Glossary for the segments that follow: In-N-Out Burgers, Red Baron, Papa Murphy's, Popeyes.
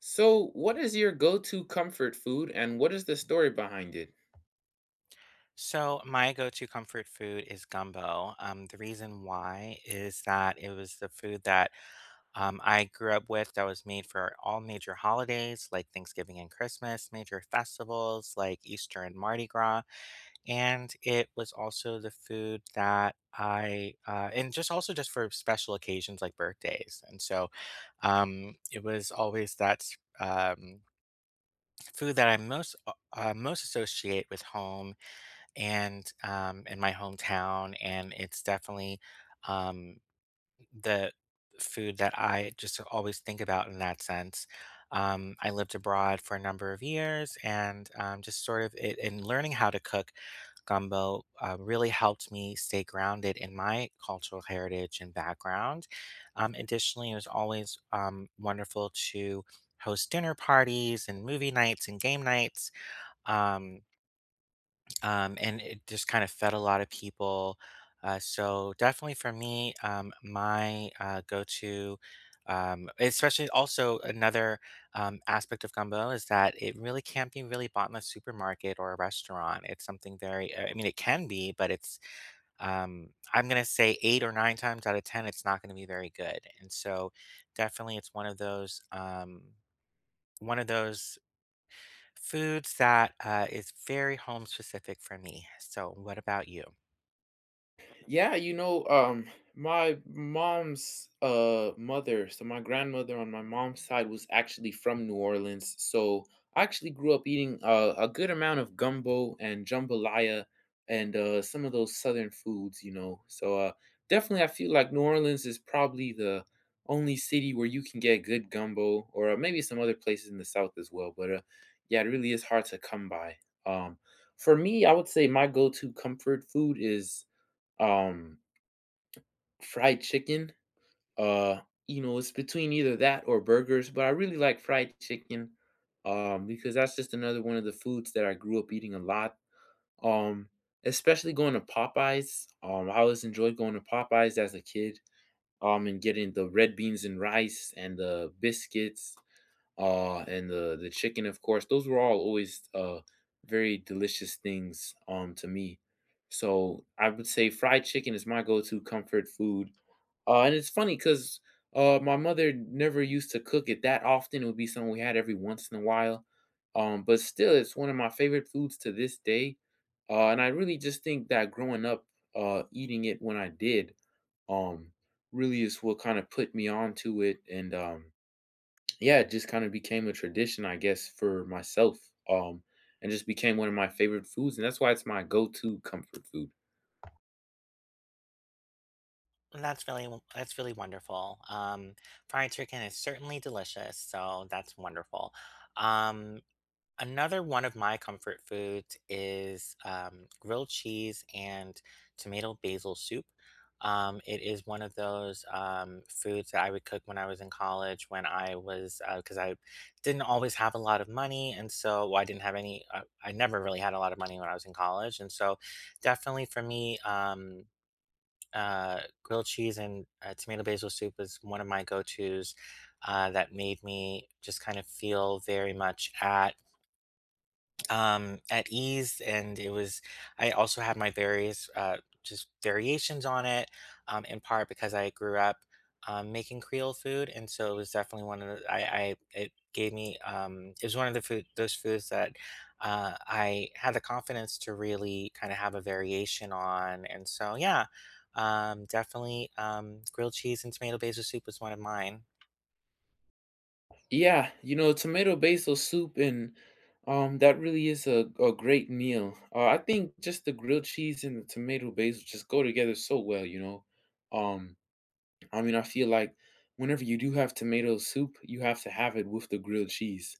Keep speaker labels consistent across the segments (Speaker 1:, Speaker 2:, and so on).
Speaker 1: So, what is your go to comfort food and what is the story behind it?
Speaker 2: So my go-to comfort food is gumbo. The reason why is that it was the food that I grew up with that was made for all major holidays like Thanksgiving and Christmas, major festivals like Easter and Mardi Gras. And it was also the food that and just also just for special occasions like birthdays. And so it was always that um, food that I most associate with home and in my hometown, and it's definitely um, the food that I just always think about in that sense. I lived abroad for a number of years, and just sort of and learning how to cook gumbo really helped me stay grounded in my cultural heritage and background. Additionally, it was always wonderful to host dinner parties and movie nights and game nights. Um, and it just kind of fed a lot of people. So definitely for me, my go-to, especially also another aspect of gumbo is that it really can't be really bought in a supermarket or a restaurant. It's something very, I mean, it can be, but I'm gonna say eight or nine times out of ten, it's not gonna be very good. And so definitely, it's one of those, Foods that is very home specific for me. So, what about you?
Speaker 1: Yeah, you know, my mom's mother, so my grandmother on my mom's side was actually from New Orleans. So I actually grew up eating a good amount of gumbo and jambalaya and some of those southern foods, you know. So definitely, I feel like New Orleans is probably the only city where you can get good gumbo, or maybe some other places in the South as well. But yeah, it really is hard to come by. Um, for me, I would say my go-to comfort food is um fried chicken. uh you know, it's between either that or burgers, but I really like fried chicken, because that's just another one of the foods that I grew up eating a lot, um especially going to Popeyes. I always enjoyed going to Popeyes as a kid, and getting the red beans and rice and the biscuits and the chicken, of course. Those were all always very delicious things to me. So I would say fried chicken is my go-to comfort food. And it's funny 'cause, my mother never used to cook it that often. It would be something we had every once in a while, but still, it's one of my favorite foods to this day, and I really just think that growing up, eating it when I did, um, really is what kinda put me onto it. Yeah, it just kinda became a tradition, I guess, for myself, and just became one of my favorite foods, and that's why it's my go-to comfort food.
Speaker 2: That's really wonderful. Fried chicken is certainly delicious, so that's wonderful. Um, Another one of my comfort foods is grilled cheese and tomato basil soup. It is one of those foods that I would cook when I was in college, because I didn't always have a lot of money. And so, well, I didn't have any, I never really had a lot of money when I was in college. And so, definitely for me, grilled cheese and tomato basil soup was one of my go tos that made me just kind of feel very much at ease, and it was. I also had my various just variations on it, in part because I grew up making Creole food, and so it was definitely one of the. I it gave me. It was one of the food those foods that I had the confidence to really kind of have a variation on, and so yeah, definitely grilled cheese and tomato basil soup was one of mine.
Speaker 1: Yeah, you know, tomato basil soup and that really is a great meal. I think just the grilled cheese and the tomato basil just go together so well, you know. Um I mean, I feel like whenever you do have tomato soup, you have to have it with the grilled cheese.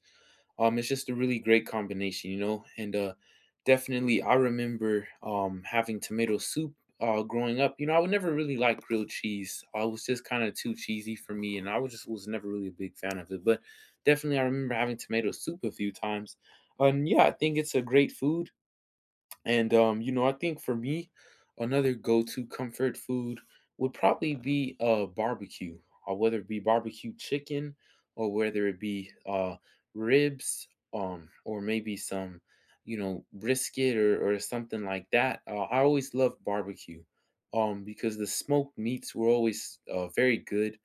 Speaker 1: It's just a really great combination, you know. And definitely, I remember having tomato soup growing up. You know, I would never really like grilled cheese. It was just kind of too cheesy for me, and I was just was never really a big fan of it. But definitely, I remember having tomato soup a few times. And yeah, I think it's a great food. And you know, I think for me, another go-to comfort food would probably be barbecue, whether it be barbecue chicken or whether it be ribs, or maybe some, you know, brisket or something like that. I always love barbecue, because the smoked meats were always very good,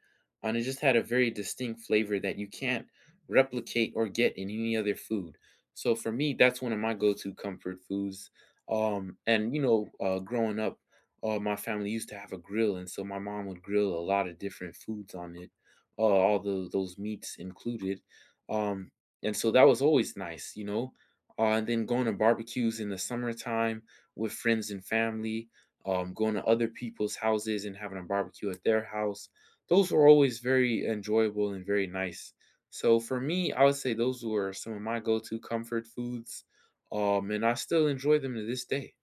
Speaker 1: and it just had a very distinct flavor that you can't replicate or get in any other food. So for me, that's one of my go-to comfort foods. And you know, growing up, my family used to have a grill, and so my mom would grill a lot of different foods on it, those meats included. Um, and so that was always nice, you know. And then going to barbecues in the summertime with friends and family, going to other people's houses and having a barbecue at their house. Those were always very enjoyable and very nice. So for me, I would say those were some of my go-to comfort foods, and I still enjoy them to this day.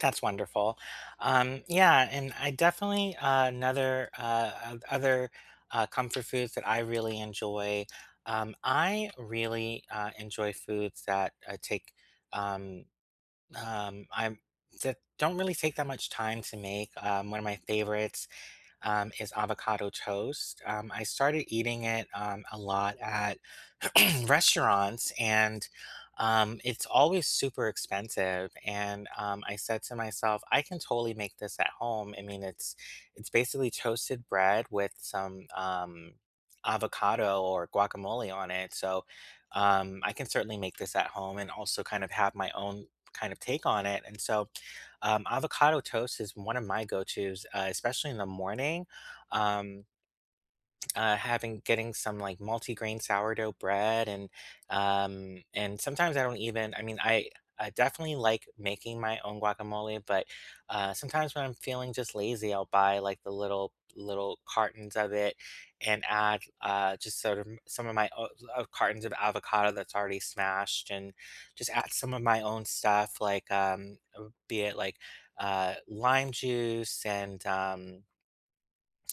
Speaker 2: That's wonderful. Yeah, and I definitely other comfort foods that I really enjoy. I really enjoy foods that take um, I that don't really take that much time to make. One of my favorites is avocado toast. I started eating it a lot at restaurants, and it's always super expensive. And I said to myself, I can totally make this at home. I mean, it's basically toasted bread with some avocado or guacamole on it. So I can certainly make this at home and also kind of have my own kind of take on it. And so Avocado toast is one of my go-tos, especially in the morning. Um, Having getting some like multi-grain sourdough bread and sometimes I don't even I mean, I definitely like making my own guacamole, but sometimes when I'm feeling just lazy, I'll buy like the little cartons of it and add just sort of some of my o- cartons of avocado that's already smashed and just add some of my own stuff like be it like lime juice and um,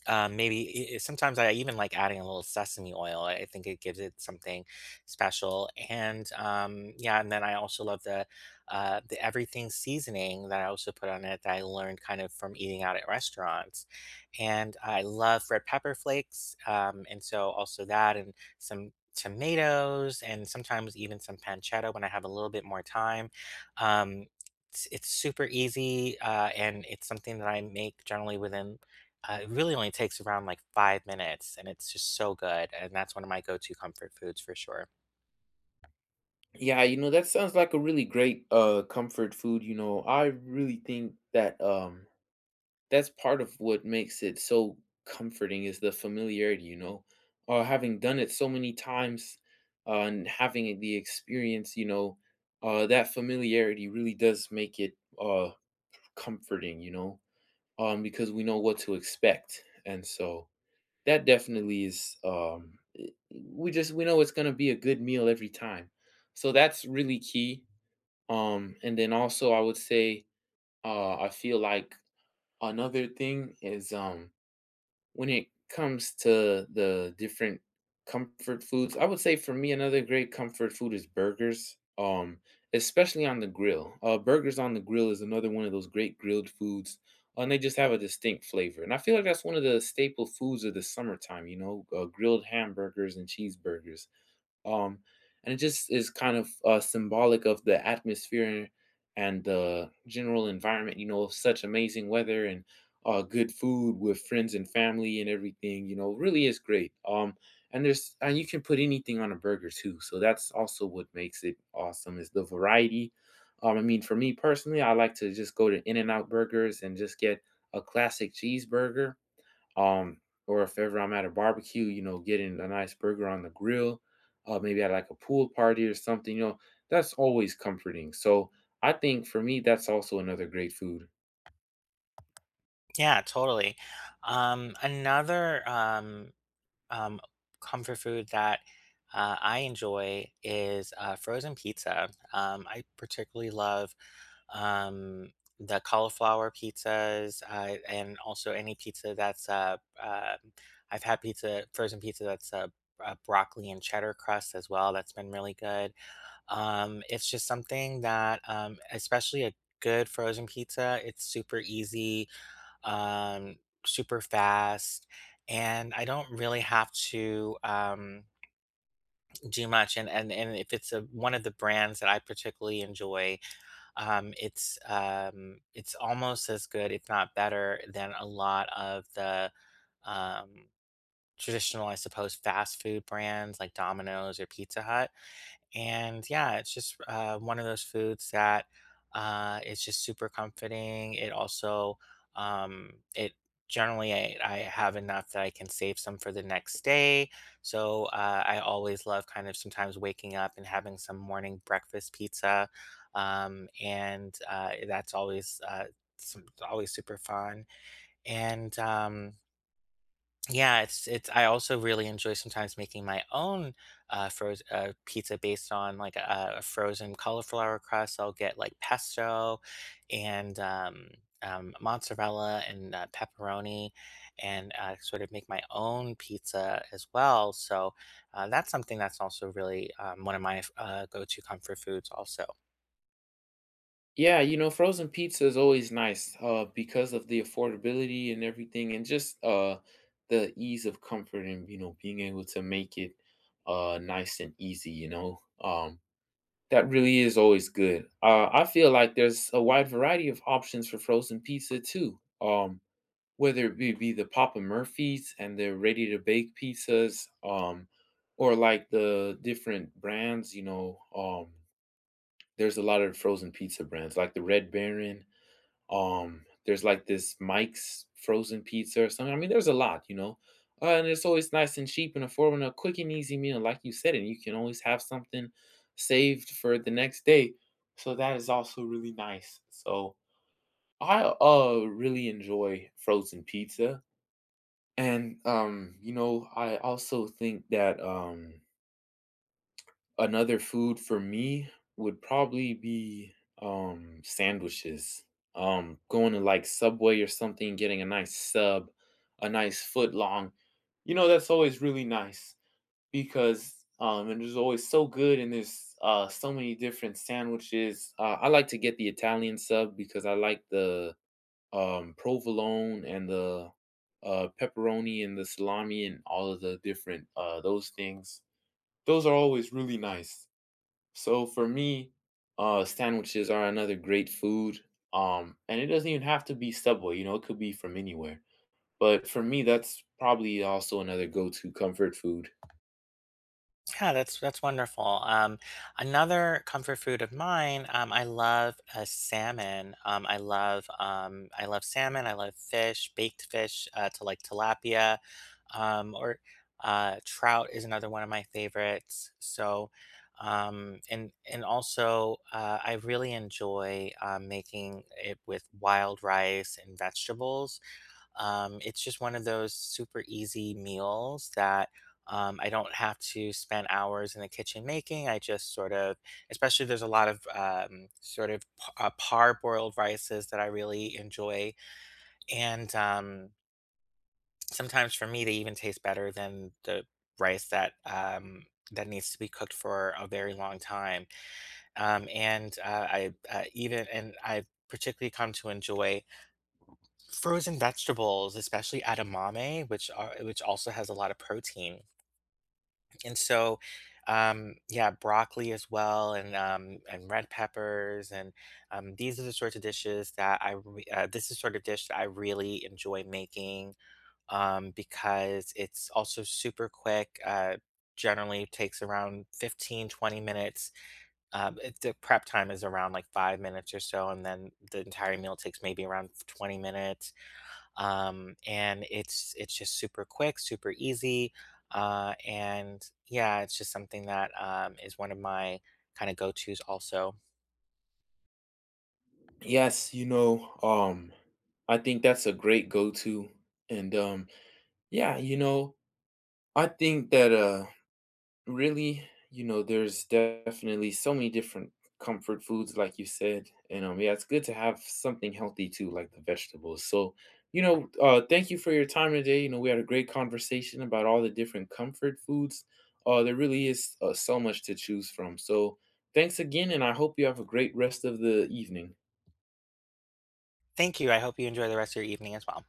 Speaker 2: um, maybe I sometimes I even like adding a little sesame oil. I think it gives it something special, and, yeah, and then I also love the everything seasoning that I also put on it that I learned kind of from eating out at restaurants, and I love red pepper flakes, and so also that and some tomatoes and sometimes even some pancetta when I have a little bit more time. Um, it's super easy, and it's something that I make generally within it really only takes around like 5 minutes, and it's just so good. And that's one of my go-to comfort foods for sure.
Speaker 1: Yeah, you know, that sounds like a really great comfort food, you know. I really think that that's part of what makes it so comforting is the familiarity, you know. Having done it so many times, and having the experience, you know, that familiarity really does make it comforting, you know. Because we know what to expect. And so that definitely is, it we just we know it's gonna be a good meal every time. So that's really key. And then also I would say, I feel like another thing is, when it comes to the different comfort foods, I would say for me another great comfort food is burgers, especially on the grill. Burgers on the grill is another one of those great grilled foods, and they just have a distinct flavor. And I feel like that's one of the staple foods of the summertime. You know, grilled hamburgers and cheeseburgers. Um, and it just is kind of, symbolic of the atmosphere and the general environment, you know, of such amazing weather and, good food with friends and family and everything, you know, really is great. And you can put anything on a burger too. So that's also what makes it awesome is the variety. I mean, for me personally, I like to just go to In-N-Out Burgers and just get a classic cheeseburger, um, or if ever I'm at a barbecue, you know, getting a nice burger on the grill, maybe at like a pool party or something, you know, that's always comforting. So I think for me, that's also another great food.
Speaker 2: Yeah, totally. Another um, comfort food that I enjoy is frozen pizza. I particularly love um, the cauliflower pizzas and also any pizza that's uh, I've had pizza frozen pizza that's broccoli and cheddar crust as well. That's been really good. It's just something that, especially a good frozen pizza, it's super easy, um, super fast, and I don't really have to do much. And, and if it's one of the brands that I particularly enjoy, it's almost as good, if not better, than a lot of the um, traditional, I suppose, fast food brands like Domino's or Pizza Hut. And yeah, it's just one of those foods that it's just super comforting. It also, it generally I have enough that I can save some for the next day. So I always love kind of sometimes waking up and having some morning breakfast pizza, and that's always always super fun. And Yeah, it's I also really enjoy sometimes making my own frozen pizza based on like a frozen cauliflower crust. I'll get like pesto and mozzarella and pepperoni, and sort of make my own pizza as well. So that's something that's also really one of my go-to comfort foods, also.
Speaker 1: Yeah, you know, frozen pizza is always nice because of the affordability and everything, and just the ease of comfort, and you know, being able to make it nice and easy. You know, um, that really is always good. I feel like there's a wide variety of options for frozen pizza too. Whether it be the Papa Murphy's and their ready to bake pizzas, or like the different brands, you know, there's a lot of frozen pizza brands like the Red Baron, there's like this Mike's frozen pizza or something. I mean, there's a lot, you know. And it's always nice and cheap and affordable, and a quick and easy meal, like you said, and you can always have something saved for the next day. So that is also really nice. So I really enjoy frozen pizza. And you know, I also think that another food for me would probably be sandwiches. Going to like Subway or something, getting a nice sub, a nice foot long. You know, that's always really nice because and it's always so good, and there's so many different sandwiches. I like to get the Italian sub because I like the provolone and the pepperoni and the salami and all of the different those things. Those are always really nice. So for me, sandwiches are another great food. And it doesn't even have to be Subway. You know, it could be from anywhere. But for me, that's probably also another go-to comfort food.
Speaker 2: Yeah, that's wonderful. Another comfort food of mine, I love salmon. I love salmon. I love fish, baked fish, to like tilapia, or trout is another one of my favorites. So, and also I really enjoy making it with wild rice and vegetables. It's just one of those super easy meals that I don't have to spend hours in the kitchen making. I just sort of, especially there's a lot of parboiled rices that I really enjoy. And Sometimes for me, they even taste better than the rice that needs to be cooked for a very long time, and I've particularly come to enjoy Frozen vegetables, especially edamame, which also has a lot of protein. And so, yeah, broccoli as well, and red peppers, and these are the sorts of dishes that this is the sort of dish that I really enjoy making because it's also super quick. Generally takes around 15-20 minutes the prep time is around like 5 minutes or so and then the entire meal takes maybe around 20 minutes and it's just super quick, super easy, and yeah, it's just something that is one of my kind of go tos. Also,
Speaker 1: Yes, you know, I think that's a great go-to. And yeah, you know, I think that really, you know, there's definitely so many different comfort foods, like you said. And yeah, it's good to have something healthy too, like the vegetables. So, you know, thank you for your time today. You know, we had a great conversation about all the different comfort foods. There really is so much to choose from. So, thanks again, and I hope you have a great rest of the evening.
Speaker 2: thank you. I hope you enjoy the rest of your evening as well.